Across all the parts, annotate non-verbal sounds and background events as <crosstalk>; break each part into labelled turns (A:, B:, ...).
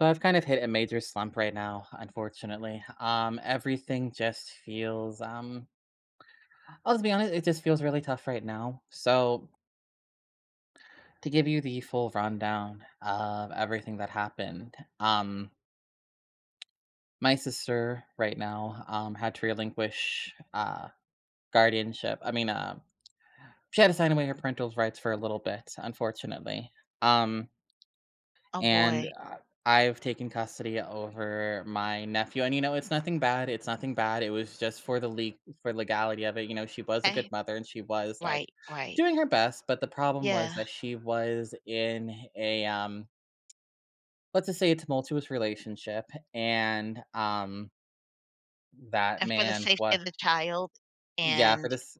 A: So I've kind of hit a major slump right now, unfortunately. Everything just feels, I'll just be honest, it just feels really tough right now. So to give you the full rundown of everything that happened, my sister right now, had to relinquish guardianship. I mean, she had to sign away her parental rights for a little bit, unfortunately. Um,
B: Oh,
A: and
B: boy.
A: I- I've taken custody over my nephew. And it's nothing bad. It's nothing bad. It was just for the leak for legality of it. You know, she was a
B: Eh
A: good mother, and she was like
B: right, right.
A: doing her best. But the problem
B: Yeah,
A: was that she was in a, let's just say, a tumultuous relationship. And that
B: and for the
A: man
B: safety
A: was,
B: of the child
A: yeah, for
B: and
A: this.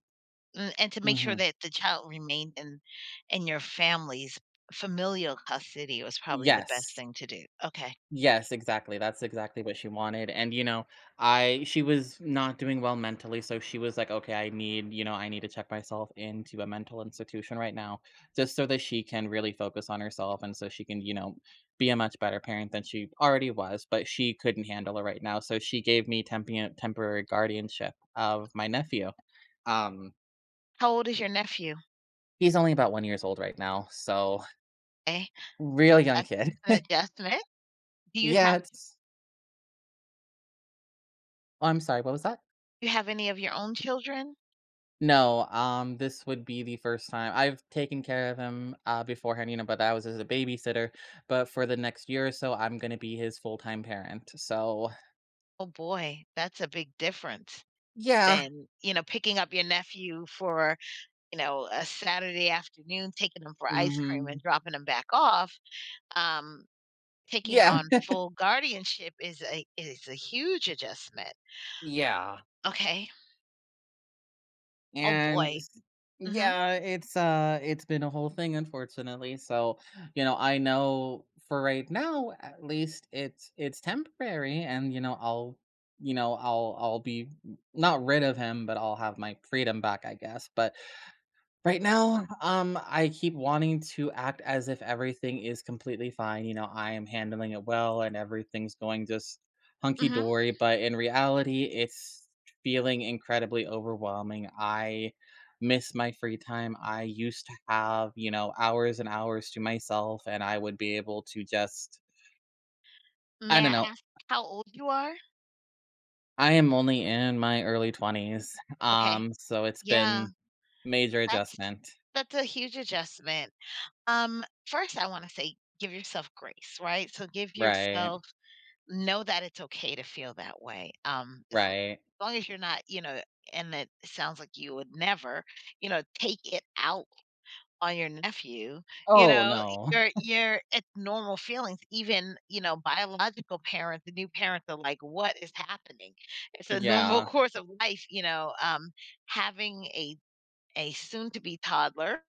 B: and to make sure
A: Mhm.
B: that the child remained in your family's familial custody was probably the best
A: Yes.
B: thing to do. Okay.
A: Yes, exactly, that's exactly what she wanted, and, you know, I she was not doing well mentally, so she was like, "Okay, I need to check myself into a mental institution right now, just so that she can really focus on herself, and so she can, be a much better parent than she already was," but she couldn't handle it right now, so she gave me tempian temporary guardianship of my nephew. Um,
B: How old is your nephew?
A: he's only about 1 years old right now, so
B: Okay,
A: real young
B: that's
A: kid.
B: an
A: <laughs>
B: adjustment. Do you
A: Yeah,
B: have
A: it's oh, I'm sorry, what was that?
B: do you have any of your own children?
A: No, this would be the first time. I've taken care of him, beforehand, but I was as a babysitter. But for the next year or so, I'm going to be his full time parent. So,
B: Oh, boy, that's a big difference
A: yeah.
B: than, you know, picking up your nephew for, you know, a Saturday afternoon, taking him for ice cream and
A: Hmm.
B: dropping him back off. um Taking
A: Yeah,
B: on full guardianship is a huge adjustment.
A: yeah.
B: Okay. Oh,
A: And
B: boy.
A: s-
B: Mhm,
A: yeah, it's been a whole thing, unfortunately. So, I know for right now at least it's temporary, and I'll be not rid of him, but I'll have my freedom back, I guess. But right now, I keep wanting to act as if everything is completely fine. I am handling it well, and everything's going just hunky
B: mhm.
A: dory. But in reality, it's feeling incredibly overwhelming. I miss my free time. I used to have, hours and hours to myself, and I would be able to just, I
B: May I
A: don't know.
B: ask how old you are?
A: I am only in my early 20s.
B: Okay.
A: So it's
B: Yeah,
A: been major
B: that's
A: adjustment.
B: that's a huge adjustment. First, I wanna say give yourself grace, right? So give
A: Right,
B: yourself know that it's okay to feel that way. As l
A: right.
B: long as you're not, you know, and it sounds like you would never, you know, take it out on your nephew. You
A: Oh,
B: know,
A: no.
B: you're at normal feelings, even, you know, biological parents, the new parents are like, "What is happening?" It's a normal <laughs>
A: Yeah,
B: course of life, you know. Having a soon-to-be toddler,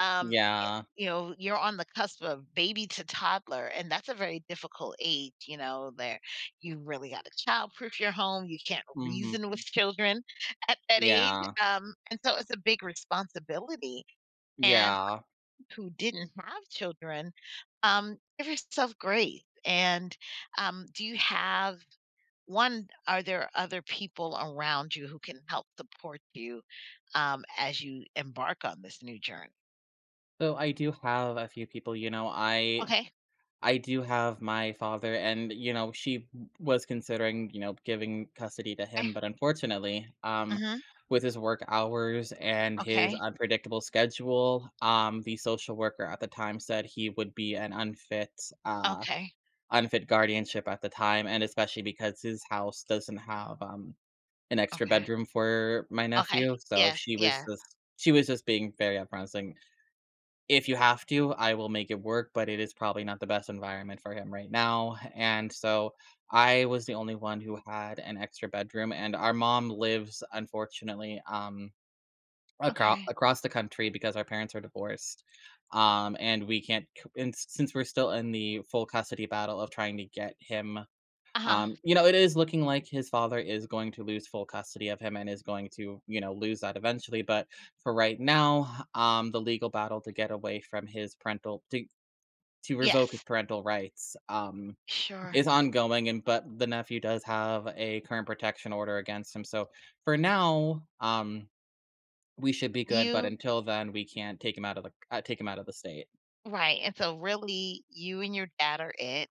B: um,
A: yeah,
B: you know, you're on the cusp of baby to toddler, and that's a very difficult age, you know, there you really gotta childproof your home, you can't
A: mhm,
B: reason with children at that age.
A: yeah,
B: And so it's a big responsibility, and
A: yeah.
B: who didn't have children. Give yourself grace. And do you have one? Are there other people around you who can help support you as you embark on this new journey?
A: So I do have a few people, you know, I
B: Okay.
A: I do have my father. And, she w was considering, giving custody to
B: Okay.
A: him, but unfortunately,
B: Hmm.
A: with his work hours and his
B: Okay.
A: unpredictable schedule, the social worker at the time said he would be an uh,
B: Okay.
A: unfit guardianship at the time, and especially because his house doesn't have, an extra
B: Okay.
A: bedroom for my
B: Okay.
A: nephew, so
B: Yes.
A: she was
B: Yeah.
A: just she was just being very upfront, saying, "If you have to, I will make it work, but it is probably not the best environment for him right now." And so I was the only one who had an extra bedroom, and our mom lives, unfortunately, across
B: Okay.
A: across the country because our parents are divorced. And we can't c and s- Since we're still in the full custody battle of trying to get him,
B: Uh huh.
A: it is looking like his father is going to lose full custody of him and is going to, lose that eventually. But for right now, the legal battle to get away from his parental, to revoke his
B: Yes.
A: parental rights,
B: Sure.
A: is ongoing. And but the nephew does have a current protection order against him. So for now, we should be good. But
B: You
A: until then, we can't take him out of the, take him out of the state.
B: Right. And so really you and your dad are it.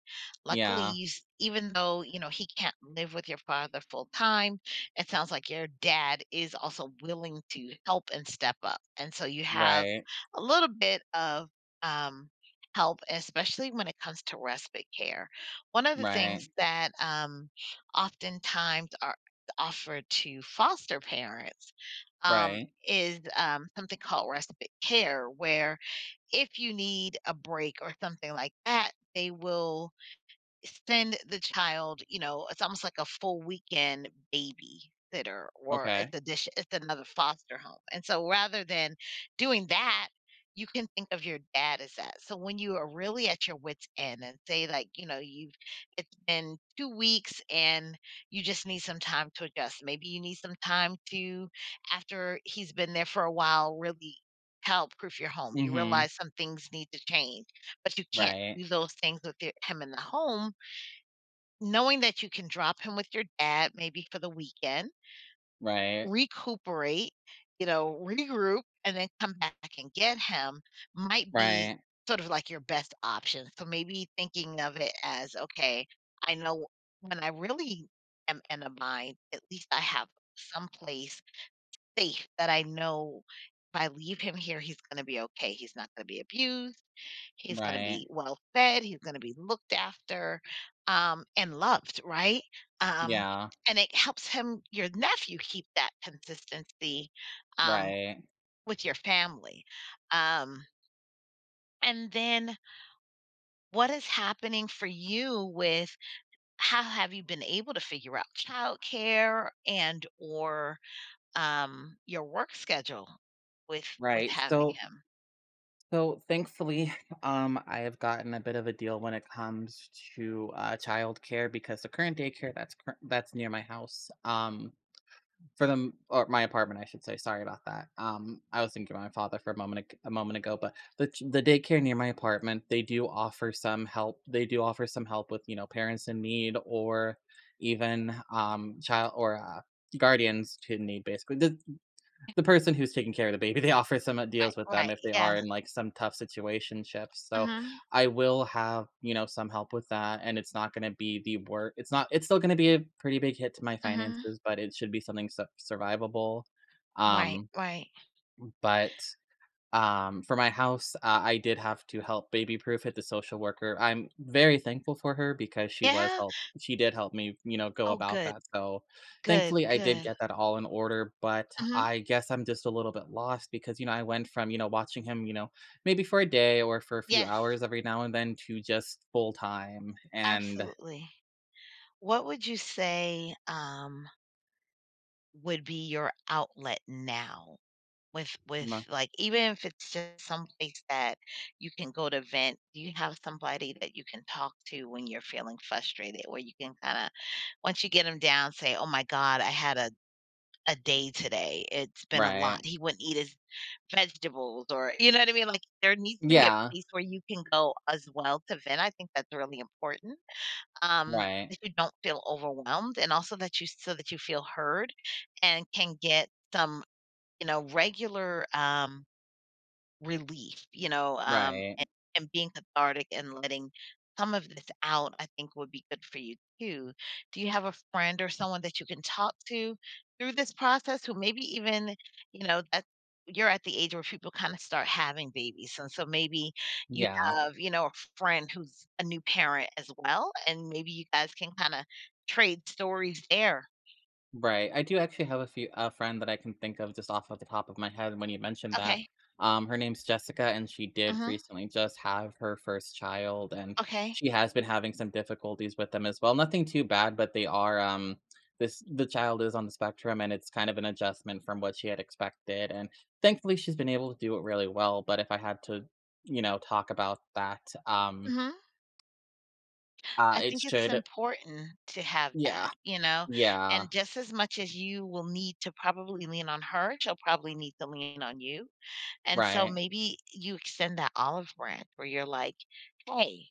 B: Luckily,
A: Yeah.
B: you, even though, you know, he can't live with your father full time, it sounds like your dad is also willing to help and step up. And so you have
A: Right.
B: a little bit of um help, especially when it comes to respite care. One of the
A: Right.
B: things that oftentimes are offered to foster parents um
A: Right.
B: is something called respite care where if you need a break or something like that, they will send the child, you know, it's almost like a full weekend babysitter or it's
A: Okay.
B: a dish it's another foster home. And so rather than doing that, you can think of your dad as that. So when you are really at your wits' end and say like, you know, you've it's been 2 weeks and you just need some time to adjust. Maybe you need some time to, after he's been there for a while, really help proof your home. You
A: Mm-hmm.
B: realize some things need to change, but you can't
A: Right.
B: do those things with him in the home. Knowing that you can drop him with your dad maybe for the weekend,
A: Right.
B: recuperate, you know, regroup, and then come back and get him might be
A: Right,
B: sort of like your best option. So maybe thinking of it as, okay, I know when I really am in a bind, at least I have some place safe that I know if I leave him here, he's going to be okay. He's not going to be abused. He's gonna
A: right.
B: be well fed, he's gonna be looked after, and loved, right? Um,
A: Yeah,
B: and it helps him your nephew keep that consistency, um,
A: right,
B: with your family. Um, and then what is happening for you with how have you been able to figure out childcare and or, your work schedule with with
A: right.
B: having
A: So
B: him?
A: so thankfully, <laughs> I have gotten a bit of a deal when it comes to, childcare, because the current daycare that's near my house, for the, or my apartment, I should say, sorry about that. I was thinking of my father for a moment ag a moment ago. But the daycare near my apartment, they do offer some help with, parents in need, or even, child or, guardians to need, basically. The person who's taking care of the baby, they <laughs> offer some, deals
B: Right,
A: with them
B: right,
A: if they are
B: yeah.
A: in, like, some tough situationships. So
B: Mhm,
A: I will have, some help with that, and it's not gonna be the work. It's not, it's still gonna be a pretty big hit to my
B: mhm.
A: finances, but it should be something su survivable.
B: Right,
A: um,
B: right.
A: but for my house, I did have to help baby-proof it, the social worker. I'm very thankful for her because
B: Yeah?
A: she did help me, go
B: Oh,
A: about
B: good.
A: that. So,
B: Good,
A: thankfully, I did
B: good.
A: get that all in order. But
B: Mhm.
A: I guess I'm just a little bit lost because, I went from, watching him, maybe for a day or for a few
B: Yes,
A: hours every now and then, to just full-time. And
B: absolutely. What would you say, would be your outlet now with,
A: m
B: like even if it's just someplace that you can go to vent, do you have somebody that you can talk to when you're feeling frustrated, where you can kinda once you get them down, say, "Oh my god, I had a day today. It's been a lot.
A: Right.
B: He wouldn't eat his vegetables," or you know what I mean? Like, there needs to be a
A: Yeah.
B: place where you can go as well to vent. I think that's really important.
A: Right.
B: That you don't feel overwhelmed and also that you so that you feel heard and can get some, you know, regular relief, you know.
A: Right.
B: And being cathartic and letting some of this out, I think would be good for you too. Do you have a friend or someone that you can talk to through this process who maybe even, you know, that you're at the age where people kind of start having babies. And so maybe you
A: Yeah.
B: have, you know, a friend who's a new parent as well, and maybe you guys can kind of trade stories there.
A: Right. I do actually have a friend that I can think of just off of the top of my head when you mentioned that.
B: Okay.
A: Her name's Jessica, and she did
B: Mhm.
A: recently just have her first child, and
B: Okay.
A: she has been having some difficulties with them as well. Nothing too bad, but they are this the child is on the spectrum, and it's kind of an adjustment from what she had expected. And thankfully, she's been able to do it really well. But if I had to, talk about that,
B: Mhm. I
A: it
B: think it's
A: should,
B: important to have that,
A: yeah,
B: you know,
A: yeah,
B: and just as much as you will need to probably lean on her, she'll probably need to lean on you, and so
A: right,
B: maybe you extend that olive branch where you're like, "Hey,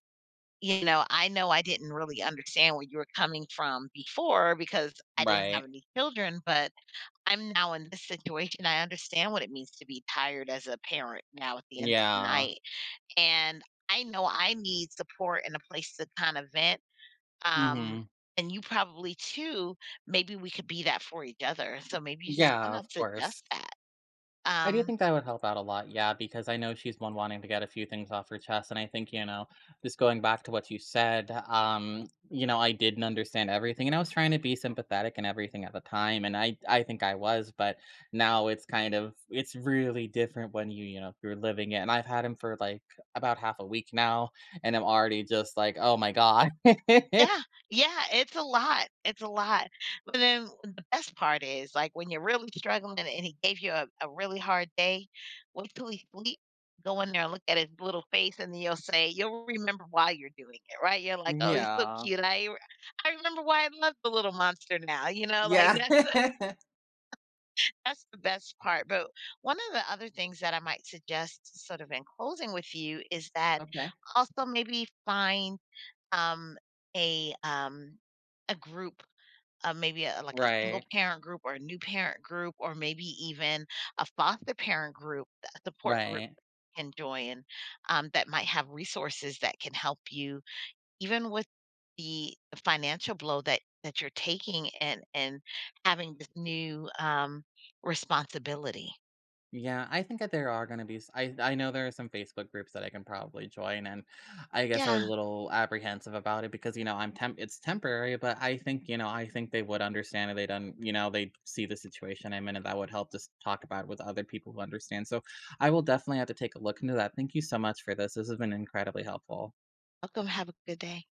B: you know I didn't really understand where you were coming from before because I didn't have
A: right,
B: any children, but I'm now in this situation. I understand what it means to be tired as a parent now at the end of the
A: yeah.
B: night, and I know I need support and a place to kind of vent." Um,
A: Hmm.
B: and you probably too, maybe we could be that for each other. So maybe you just kind
A: Yeah,
B: of
A: of course.
B: suggest that.
A: I do
B: Um,
A: think that would help out a lot, yeah, because I know she's one wanting to get a few things off her chest. And I think, just going back to what you said, I didn't understand everything. And I was trying to be sympathetic and everything at the time. And I think I was. But now it's kind of it's really different when you, you're living it. And I've had him for like about half a week now, and I'm already just like, oh my God. <laughs>
B: yeah, yeah, it's a lot. It's a lot. But then the best part is like when you're really struggling and he gave you a really hard day, wait till he sleep, go in there and look at his little face and then you'll say, you'll remember why you're doing it, right? You're like, oh, he's so
A: Yeah.
B: cute. I remember why I love the little monster now, you know, like
A: Yeah.
B: <laughs> that's
A: <laughs>
B: that's the best part, but one of the other things that I might suggest sort of in closing with you is that
A: Okay.
B: also maybe find, um, a, um, a group, maybe a, like, a single
A: Right.
B: parent group or a new parent group or maybe even a foster parent group, a support group
A: Right.
B: you can join, that might have resources that can help you even with the financial blow that that you're taking and having this new responsibility.
A: Yeah, I think that there are gonna be s I know there are some Facebook groups that I can probably join. And I guess I
B: Yeah.
A: was a little apprehensive about it because, I'm temp it's temporary. But I think, I think they would understand, and they'd un you know, they see the situation I'm in, and that would help just talk about it with other people who understand. So I will definitely have to take a look into that. Thank you so much for this. This has been incredibly helpful.
B: Welcome. Have a good day.